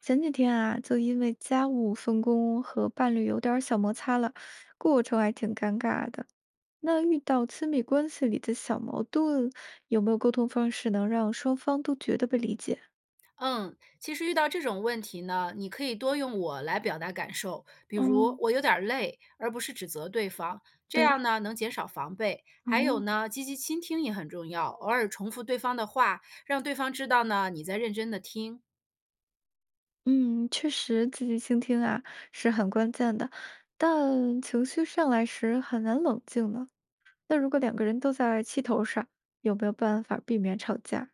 前几天啊，就因为家务分工和伴侣有点儿小摩擦了，过程还挺尴尬的。那遇到亲密关系里的小矛盾，有没有沟通方式能让双方都觉得被理解？嗯，其实遇到这种问题呢，你可以多用“我”来表达感受，比如哦，“我有点儿累”，而不是指责对方，这样对，呢能减少防备。还有哦，呢，积极倾听也很重要，偶尔重复对方的话，让对方知道呢你在认真的听。嗯，确实，积极倾听啊是很关键的，但情绪上来时很难冷静呢。那如果两个人都在气头上，有没有办法避免吵架？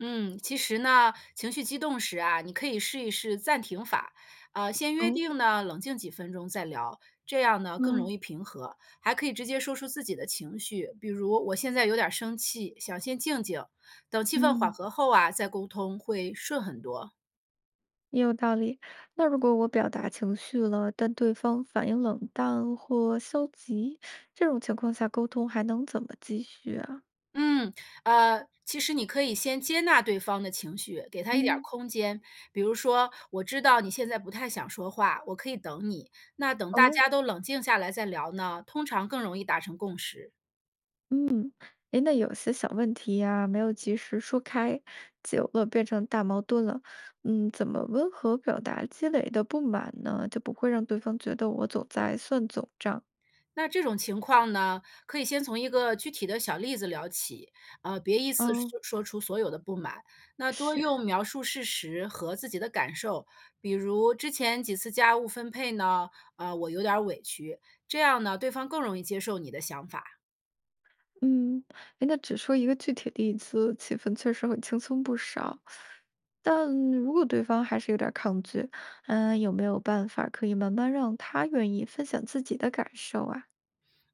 嗯，其实呢，情绪激动时啊，你可以试一试暂停法，先约哦，定呢，冷静几分钟再聊，这样呢更容嗯易平和。还可以直接说出自己的情绪，比如我现在有点儿生气，想先静静，等气氛缓嗯。和后啊再沟通会顺很多。也有道理。那如果我表达情绪了，但对方反应冷淡或消极，这种情况下沟通还能怎么继续啊？嗯，其实你可以先接纳对方的情绪，给他一点儿嗯，空间。比如说，我知道你现在不太想说话，我可以等你。那等大哦，家都冷静下来再聊呢，通常更容易达成共识。诶，那有些小问题呀，没有及时说开，久了变成大矛盾了。嗯，怎么温和表达积累的不满呢？就不会让对方觉得我总在算总账。那这种情况呢，可以先从一个具体的小例子聊起，别一次哦，说出所有的不满。那多是。用描述事实和自己的感受，比如之前几次家务分配呢，我有点儿委屈，这样呢，对方更容易接受你的想法。嗯，哎，那只说一个具体例子，气氛确实会轻松不少。但如果对方还是有点儿抗拒，嗯，有没有办法可以慢慢让他愿意分享自己的感受啊？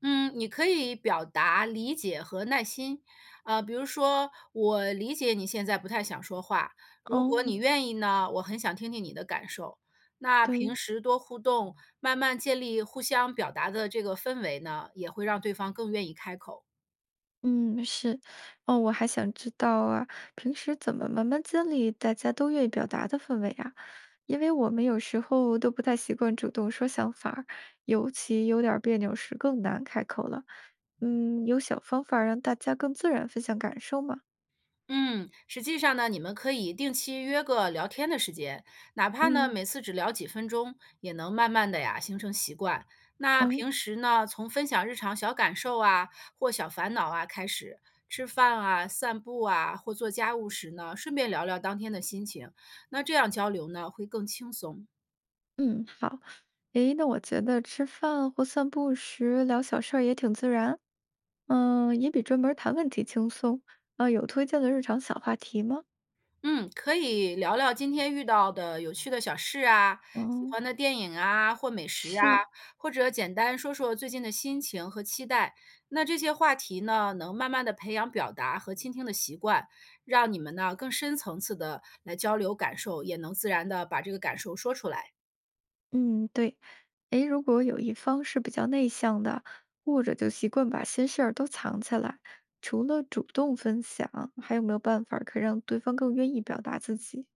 嗯，你可以表达理解和耐心，比如说我理解你现在不太想说话，如果哦，你愿意呢，我很想听听你的感受。那平对，时多互动，慢慢建立互相表达的这个氛围呢，也会让对方更愿意开口。嗯，是，哦，我还想知道啊，平时怎么慢慢建立大家都愿意表达的氛围啊？因为我们有时候都不太习惯主动说想法儿尤其有点儿别扭时更难开口了。嗯，有小方法让大家更自然分享感受吗？嗯，实际上呢，你们可以定期约个聊天的时间，哪怕呢嗯每次只聊几分钟，也能慢慢的呀形成习惯。那哦，平时呢，从分享日常小感受啊或小烦恼啊开始，吃饭啊、散步啊或做家务时呢，顺便聊聊当天的心情，那这样交流呢会更轻松。嗯，好。诶，那我觉得吃饭或散步时聊小事儿也挺自然，嗯，也比专门儿谈问题轻松。啊，有推荐的日常小话题吗？嗯，可以聊聊今天遇到的有趣的小事啊，喜哦，欢的电影啊，或美食啊，是，或者简单说说最近的心情和期待。那这些话题呢，能慢慢的培养表达和倾听的习惯，让你们呢更深层次的来交流感受，也能自然的把这个感受说出来。嗯，对。诶，如果有一方是比较内向的，或者就习惯把心事儿都藏起来，除了主动分享，还有没有办法可以让对方更愿意表达自己？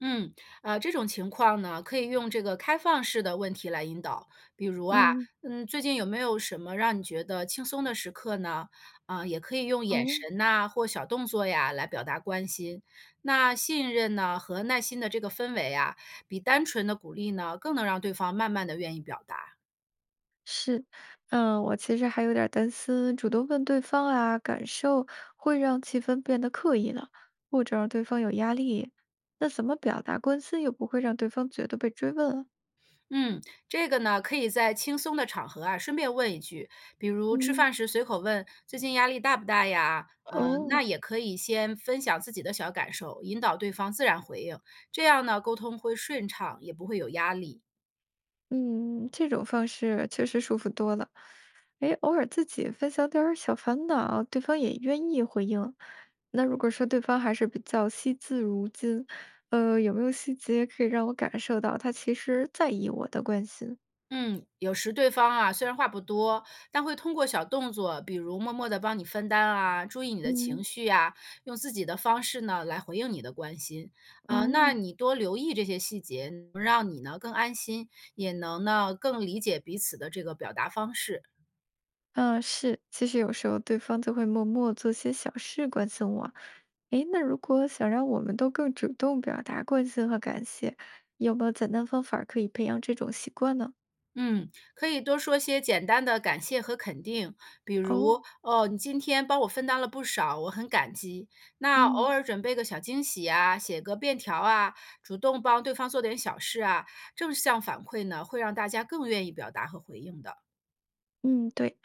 嗯，这种情况呢，可以用这个开放式的问题来引导，比如啊，嗯。嗯，最近有没有什么让你觉得轻松的时刻呢？啊、也可以用眼哦，神呐、或小动作呀来表达关心。那信任呢和耐心的这个氛围啊，比单纯的鼓励呢，更能让对方慢慢的愿意表达。是，嗯，我其实还有点儿担心，主动问对方啊感受，会让气氛变得刻意了，或者让对方有压力。那怎么表达关心，又不会让对方觉得被追问啊？嗯，这个呢，可以在轻松的场合啊，顺便问一句，比如吃嗯，饭时随口问“最近压力大不大呀？”哦，那也可以先分享自己的小感受，引导对方自然回应，这样呢，沟通会顺畅，也不会有压力。嗯，这种方式确实舒服多了。哎，偶尔自己分享点儿小烦恼，对方也愿意回应。那如果说对方还是比较惜字如金，有没有细节可以让我感受到他其实在意我的关心？嗯，有时对方啊，虽然话不多，但会通过小动作，比如默默的帮你分担啊，注意你的情嗯。绪啊，用自己的方式呢来回应你的关心。那嗯，你多留意这些细节，能让你呢更安心，也能呢更理解彼此的这个表达方式。啊，是，其实有时候对方就会默默做些小事关心我。诶，那如果想让我们都更主动表达关心和感谢，有没有简单方法可以培养这种习惯呢？嗯，可以多说些简单的感谢和肯定，比哦，如“哦，你今天帮我分担了不少，我很感激。”那偶嗯尔准备个小惊喜啊，写个便条啊，主动帮对方做点小事啊，正向反馈呢，会让大家更愿意表达和回应的。嗯，对。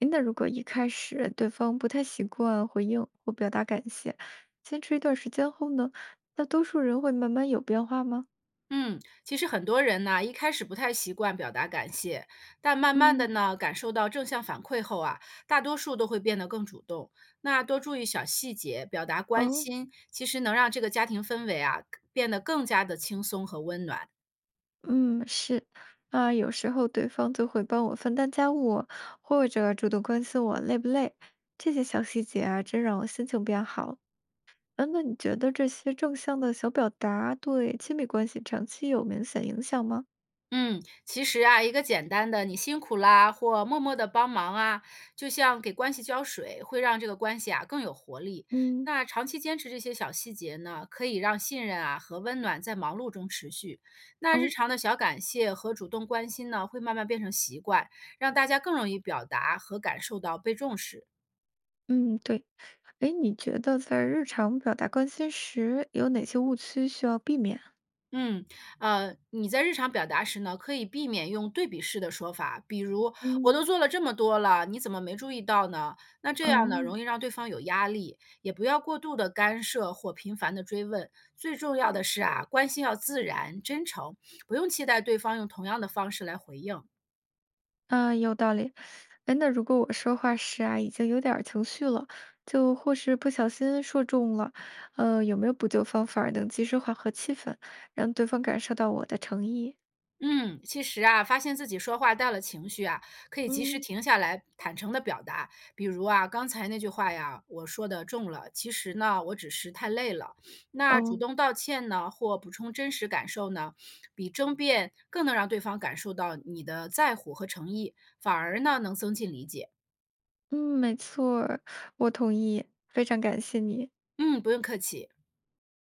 诶，那如果一开始对方不太习惯回应或表达感谢，坚持一段时间后呢，那多数人会慢慢有变化吗？嗯，其实很多人呢，一开始不太习惯表达感谢，但慢慢的嗯，呢，感受到正向反馈后啊，大多数都会变得更主动。那多注意小细节，表达关哦。心，其实能让这个家庭氛围啊，变得更加的轻松和温暖。嗯，是，啊，有时候对方就会帮我分担家务，或者主动关心我累不累，这些小细节啊，真让我心情变好。嗯，那你觉得这些正向的小表达对亲密关系长期有明显影响吗？嗯，其实啊，一个简单的“你辛苦啦”或“默默的帮忙啊”，就像给关系浇水，会让这个关系啊更有活力。嗯，那长期坚持这些小细节呢，可以让信任啊和温暖在忙碌中持续。那日哦，常的小感谢和主动关心呢，会慢慢变成习惯，让大家更容易表达和感受到被重视。嗯，对，哎，你觉得在日常表达关心时有哪些误区需要避免？嗯，你在日常表达时呢，可以避免用对比式的说法，比如“我嗯，都做了这么多了，你怎么没注意到呢？”那这样呢，嗯。容易让对方有压力，也不要过度的干涉或频繁的追问。最重要的是啊，关心要自然真诚，不用期待对方用同样的方式来回应。啊，有道理。哎，那如果我说话时啊，已经有点儿情绪了，就或是不小心说中了，有没有补救方法儿能及时缓和气氛，让对方感受到我的诚意？嗯，其实啊，发现自己说话带了情绪啊，可以及时嗯，停下来，坦诚的表达。比如啊，刚才那句话呀，我说的重了，其实呢，我只是太累了。那主哦，动道歉呢，或补充真实感受呢，比争辩更能让对方感受到你的在乎和诚意，反而呢，能增进理解。嗯，没错儿我同意，非常感谢你。嗯，不用客气。